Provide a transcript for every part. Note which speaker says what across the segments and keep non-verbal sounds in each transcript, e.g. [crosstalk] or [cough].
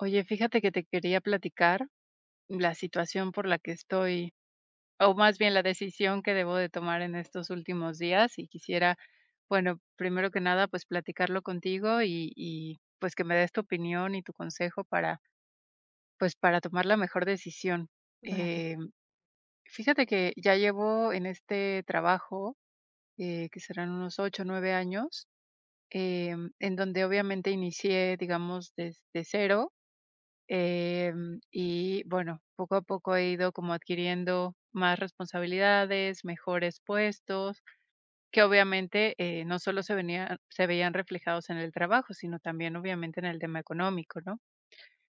Speaker 1: Oye, fíjate que te quería platicar la situación por la que estoy, o más bien la decisión que debo de tomar en estos últimos días y quisiera, bueno, primero que nada, pues platicarlo contigo y pues que me des tu opinión y tu consejo para, pues para tomar la mejor decisión.
Speaker 2: Vale.
Speaker 1: Eh, Fíjate que ya llevo en este trabajo, que serán unos ocho o nueve años, en donde obviamente inicié, digamos, desde cero. Y bueno, poco a poco he ido como adquiriendo más responsabilidades, mejores puestos, que obviamente no solo se veían reflejados en el trabajo, sino también obviamente en el tema económico, ¿no?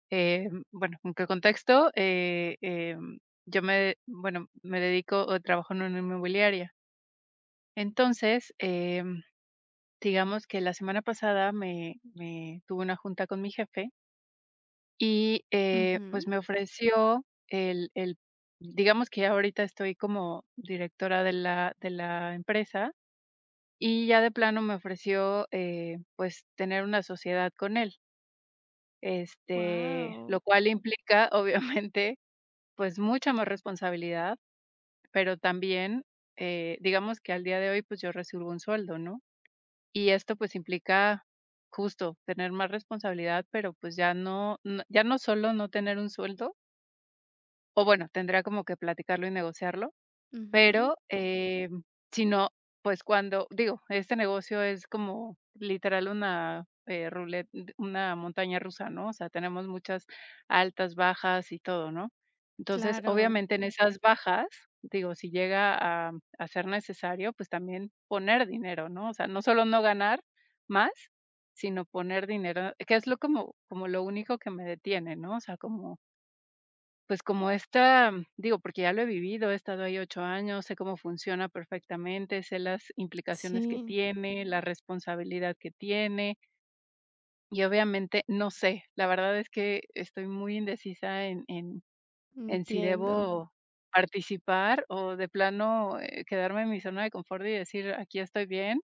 Speaker 1: Bueno, ¿en qué contexto? Yo me, bueno, me dedico o trabajo en una inmobiliaria. Entonces, digamos que la semana pasada me tuve una junta con mi jefe. Y, pues,
Speaker 2: Ujú.
Speaker 1: me ofreció el digamos que ya ahorita estoy como directora de la empresa, y ya de plano me ofreció, pues, tener una sociedad con él, este,
Speaker 2: Wow.
Speaker 1: lo cual implica, [laughs] obviamente, pues, mucha más responsabilidad, pero también, digamos que al día de hoy, pues, yo recibo un sueldo, ¿no? Y esto, pues, implica justo tener más responsabilidad, pero, pues, ya no solo no tener un sueldo. O bueno, tendría como que platicarlo y negociarlo,
Speaker 2: Ujú.
Speaker 1: pero, si no, pues cuando digo, este negocio es como literal una, rulet una montaña rusa, ¿no? O sea, tenemos muchas altas, bajas y todo, ¿no? Entonces,
Speaker 2: Claro,
Speaker 1: obviamente en esas bajas, digo, si llega a ser necesario, pues también poner dinero, ¿no? O sea, no solo no ganar más, sino poner dinero, que es lo como lo único que me detiene, ¿no? O sea, como pues como esta, digo, porque ya lo he vivido, he estado ahí 8 años, sé cómo funciona perfectamente, sé las implicaciones que
Speaker 2: sí,
Speaker 1: tiene, la responsabilidad que tiene y obviamente no sé. La verdad es que estoy muy indecisa en si
Speaker 2: entiendo.
Speaker 1: debo participar o de plano, quedarme en mi zona de confort y decir: "Aquí estoy bien,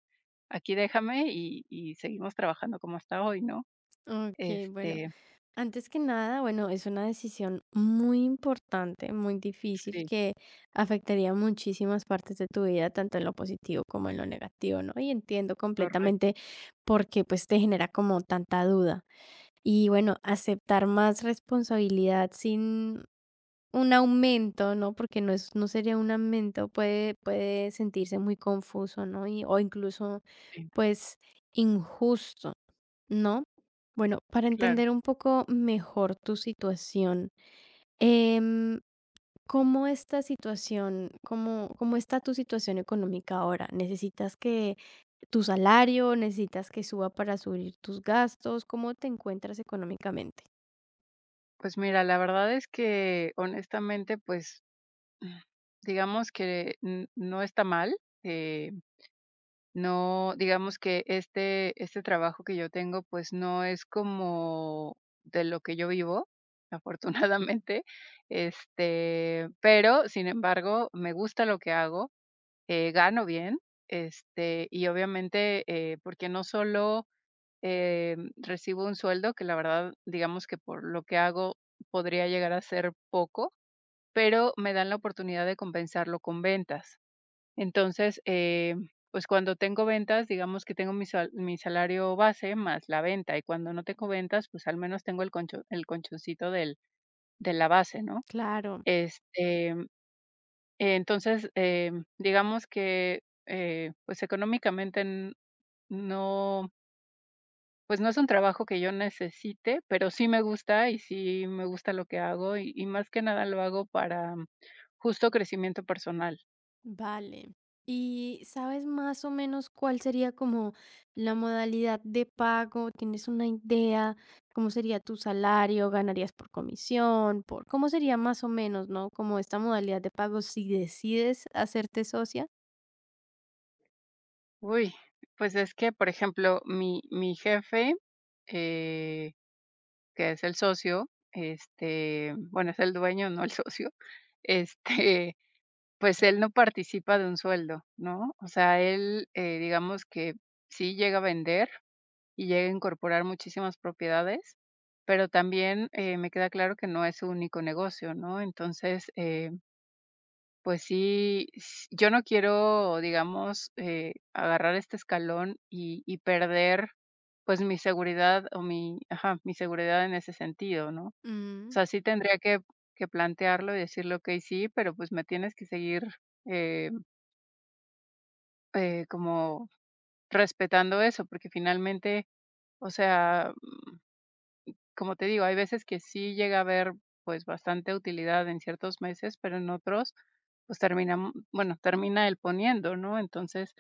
Speaker 1: aquí déjame y seguimos trabajando como hasta hoy", ¿no?
Speaker 2: Ok, bueno,
Speaker 1: Este,
Speaker 2: antes que nada, bueno, es una decisión muy importante, muy difícil,
Speaker 1: sí,
Speaker 2: que afectaría muchísimas partes de tu vida, tanto en lo positivo como en lo negativo, ¿no? Y entiendo
Speaker 1: correcto,
Speaker 2: completamente porque pues te genera como tanta duda. Y bueno, aceptar más responsabilidad sin un aumento, ¿no? Porque no sería un aumento, puede sentirse muy confuso, ¿no? Y o incluso,
Speaker 1: sí,
Speaker 2: pues, injusto, ¿no? Bueno, para
Speaker 1: claro.
Speaker 2: entender un poco mejor tu situación, em, ¿cómo cómo está tu situación económica ahora? ¿Necesitas que tu salario, necesitas que suba para subir tus gastos? ¿Cómo te encuentras económicamente?
Speaker 1: Pues mira, la verdad es que honestamente, pues, mm, digamos que n no está mal, eh, no digamos que este trabajo que yo tengo, pues, no es como de lo que yo vivo, [laughs] afortunadamente, este, pero, sin embargo, me gusta lo que hago, gano bien, este, y obviamente, porque no solo recibo un sueldo que la verdad, digamos que por lo que hago podría llegar a ser poco, pero me dan la oportunidad de compensarlo con ventas. Entonces, pues cuando tengo ventas, digamos que tengo mi, mi salario base más la venta, y cuando no tengo ventas, pues al menos tengo el, el conchoncito del, de la base, ¿no?
Speaker 2: Claro.
Speaker 1: Este, entonces, digamos que pues económicamente no. Pues no es un trabajo que yo necesite, pero sí me gusta y sí me gusta lo que hago y más que nada lo hago para justo crecimiento personal.
Speaker 2: Vale. ¿Y sabes más o menos cuál sería como la modalidad de pago? ¿Tienes una idea? ¿Cómo sería tu salario? ¿Ganarías por comisión? ¿Por cómo sería más o menos, ¿no? Como esta modalidad de pago si decides hacerte socia.
Speaker 1: Uy, pues es que, por ejemplo, mi jefe, eh, que es el socio, este, bueno, es el dueño, no el [laughs] socio, este, pues él no participa de un sueldo, ¿no? O sea, él, digamos que sí llega a vender, y llega a incorporar muchísimas propiedades, pero también me queda claro que no es su único negocio, ¿no? Entonces, pues sí, yo no quiero, digamos, agarrar este escalón y perder pues mi seguridad o mi, ajá, mi seguridad en ese sentido, ¿no? O
Speaker 2: Mm,
Speaker 1: sea, sí tendría que plantearlo y decirle, ok, sí, pero pues me tienes que seguir eh, como respetando eso, porque finalmente, o sea, como te digo, hay veces que sí llega a haber, pues, bastante utilidad en ciertos meses, pero en otros, pues, terminam bueno, termina el poniendo, ¿no? Entonces,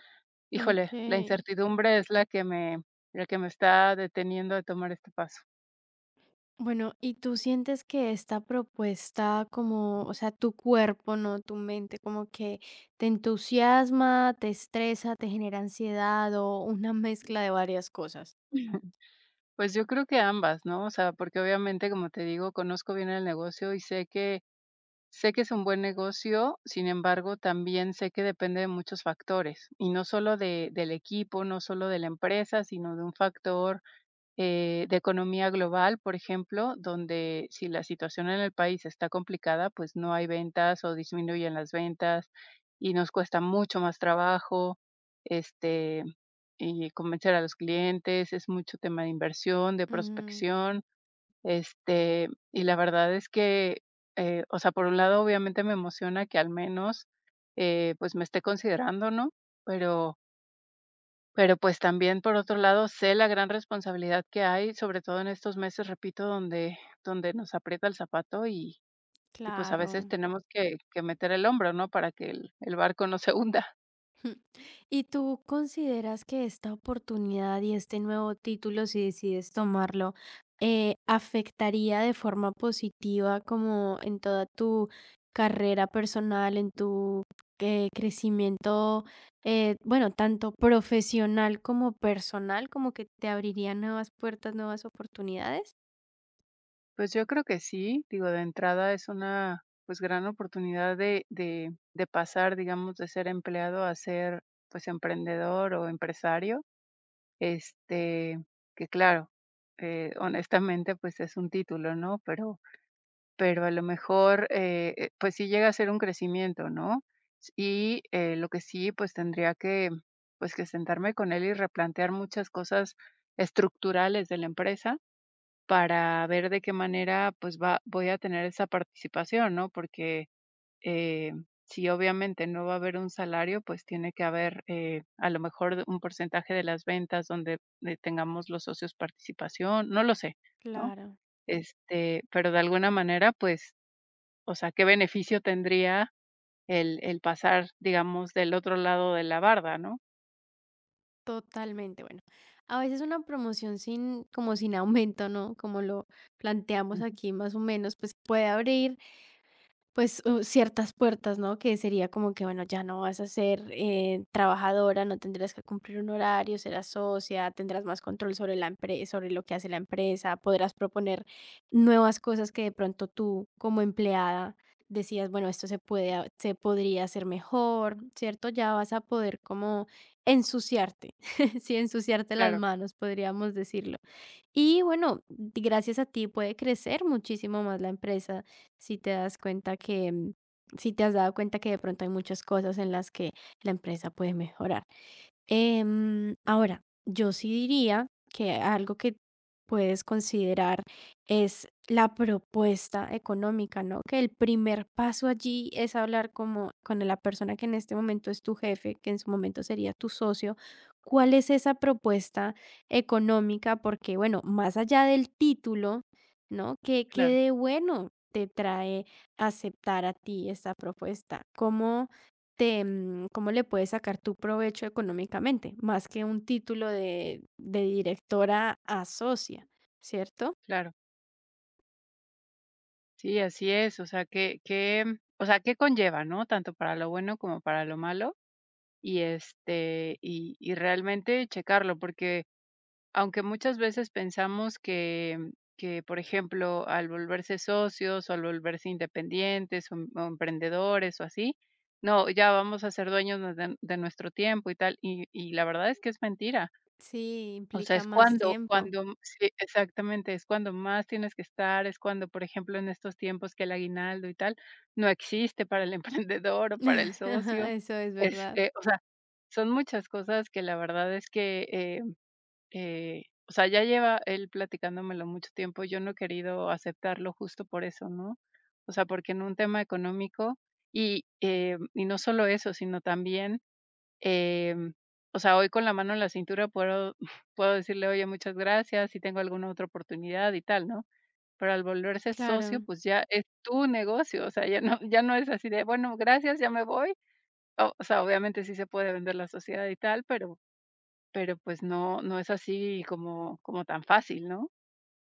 Speaker 2: ok.
Speaker 1: híjole, la incertidumbre es la que me, la que me está deteniendo de tomar este paso.
Speaker 2: Bueno, ¿y tú sientes que esta propuesta, como, o sea, tu cuerpo, no tu mente, como que te entusiasma, te estresa, te genera ansiedad o una [laughs] mezcla de varias cosas?
Speaker 1: Pues, yo creo que ambas, ¿no? O sea, porque obviamente, como te digo, conozco bien el negocio y sé que es un buen negocio, sin embargo, también sé que depende de muchos factores, y no solo de del equipo, no solo de la empresa, sino de un factor de economía global, por ejemplo, donde si la situación en el país está complicada, pues no hay ventas o disminuyen las ventas y nos cuesta mucho más trabajo, este, y convencer a los clientes, es mucho tema de inversión, de
Speaker 2: Ujú,
Speaker 1: prospección, este, y la verdad es que, o sea, por un lado, obviamente me emociona que al menos, pues me esté considerando, ¿no? Pero pero, pues, también, por otro lado, sé la gran responsabilidad que hay, sobre todo en estos meses, repito, donde nos aprieta el zapato y, pues, a veces
Speaker 2: claro.
Speaker 1: tenemos que meter el hombro, ¿no?, para que el barco no se hunda.
Speaker 2: [laughs] ¿Y tú consideras que esta oportunidad y este nuevo título, si decides tomarlo, afectaría de forma positiva como en toda tu carrera personal, en tu crecimiento, bueno, tanto profesional como personal, como que te abriría nuevas puertas, nuevas oportunidades?
Speaker 1: Pues, yo creo que sí, digo, de entrada es una, pues, gran oportunidad de pasar, digamos, de ser empleado a ser, pues, emprendedor o empresario, este, que claro, honestamente, pues, es un título, ¿no?, pero a lo mejor, pues sí llega a ser un crecimiento, ¿no? S y, lo que sí, pues tendría pues, que sentarme con él y replantear muchas cosas estructurales de la empresa para ver de qué manera, pues, va voy a tener esa participación, ¿no? Porque, eh, si obviamente no va a haber un salario, pues tiene que haber, a lo mejor un porcentaje de las ventas donde, tengamos los socios participación, no lo sé, ¿no?
Speaker 2: Claro.
Speaker 1: Este, pero de alguna manera, pues, o sea, ¿qué beneficio tendría el pasar, digamos, del otro lado de la barda, ¿no?
Speaker 2: Totalmente, bueno, a veces una promoción sin, como, sin aumento, ¿no? Como lo planteamos
Speaker 1: Ujú.
Speaker 2: aquí más o menos, pues puede abrir, pues, ciertas puertas, ¿no? Que sería como que, bueno, ya no vas a ser, trabajadora, no tendrás que cumplir un horario, serás socia, tendrás más control sobre la empresa, sobre lo que hace la empresa, podrás proponer nuevas cosas que de pronto tú, como empleada, decías, bueno, esto se puede ha se podría hacer mejor, ¿cierto? Ya vas a poder como ensuciarte, [laughs] sí, ensuciarte las
Speaker 1: Claro,
Speaker 2: manos, podríamos decirlo. Y bueno, gracias a ti puede crecer muchísimo más la empresa si te das cuenta que, si te has dado cuenta que de pronto hay muchas cosas en las que la empresa puede mejorar. Ahora, yo sí diría que algo que puedes considerar es la propuesta económica, ¿no? Que el primer paso allí es hablar como con la persona que en este momento es tu jefe, que en su momento sería tu socio. ¿Cuál es esa propuesta económica? Porque, bueno, más allá del título, ¿no? ¿Qué, qué
Speaker 1: claro,
Speaker 2: de bueno te trae aceptar a ti esta propuesta? ¿Cómo, cómo le puedes sacar tu provecho económicamente, más que un título de directora a socia, ¿cierto?
Speaker 1: claro. Sí, así es, o sea, o sea, ¿qué conlleva, no? Tanto para lo bueno como para lo malo, y, este, y realmente checarlo, porque aunque muchas veces pensamos que, por ejemplo, al volverse socios, o al volverse independientes, o emprendedores, o así, no, ya vamos a ser dueños de nuestro tiempo y tal, y la verdad es que es mentira.
Speaker 2: Sí,
Speaker 1: O sea,
Speaker 2: implica
Speaker 1: es
Speaker 2: más
Speaker 1: cuando
Speaker 2: tiempo.
Speaker 1: cuando sí, exactamente, es cuando más tienes que estar, es cuando, por ejemplo, en estos tiempos que el aguinaldo y tal, no existe para el [laughs] emprendedor o para el
Speaker 2: [laughs]
Speaker 1: socio.
Speaker 2: Eso es verdad.
Speaker 1: Este, o sea, son muchas cosas que la verdad es que, o sea, ya lleva él platicándomelo mucho tiempo, yo no he querido aceptarlo justo por eso, ¿no? O sea, porque en un tema económico y no solo eso, sino también, em, o sea, hoy con la mano en la cintura puedo, [laughs] puedo decirle, oye, muchas gracias, si tengo alguna otra oportunidad y tal, ¿no? Pero al volverse socio,
Speaker 2: Claro.
Speaker 1: pues ya es tu negocio, o sea, ya no, ya no es así de, bueno, gracias, ya me voy. O sea, obviamente sí se puede vender la sociedad y tal, pero, pues, no es así como como tan fácil, ¿no?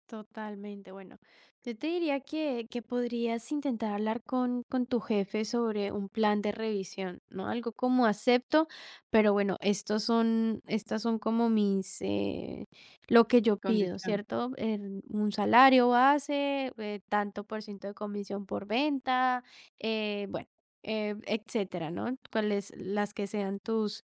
Speaker 2: Totalmente. Bueno, yo te diría que podrías intentar hablar con tu jefe sobre un plan de revisión, ¿no? Algo como: "Acepto, pero bueno, estas son como mis, lo que yo pido",
Speaker 1: Condición.
Speaker 2: ¿cierto? En un salario base, tanto por ciento de comisión por venta, eh, bueno, etcétera, ¿no? Cuáles, las que sean tus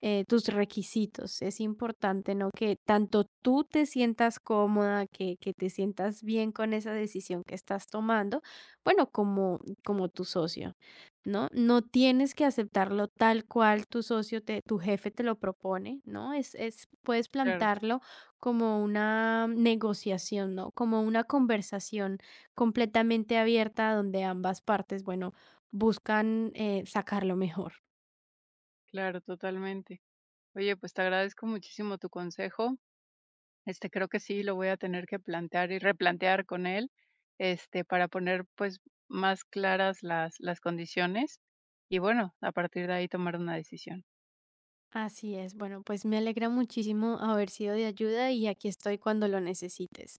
Speaker 2: tus requisitos. Es importante, ¿no? Que tanto tú te sientas cómoda, que te sientas bien con esa decisión que estás tomando, bueno, como, como tu socio, ¿no? No tienes que aceptarlo tal cual tu socio, te, tu jefe te lo propone, ¿no? Es, puedes
Speaker 1: Claro,
Speaker 2: plantarlo como una negociación, ¿no? Como una conversación completamente abierta donde ambas partes, bueno, buscan sacar lo mejor.
Speaker 1: claro, totalmente. Oye, pues, te agradezco muchísimo tu consejo. Este, creo que sí lo voy a tener que plantear y replantear con él, este, para poner, pues, más claras las condiciones y, bueno, a partir de ahí tomar una decisión.
Speaker 2: Así es. Bueno, pues me alegra muchísimo haber sido de ayuda y aquí estoy cuando lo necesites.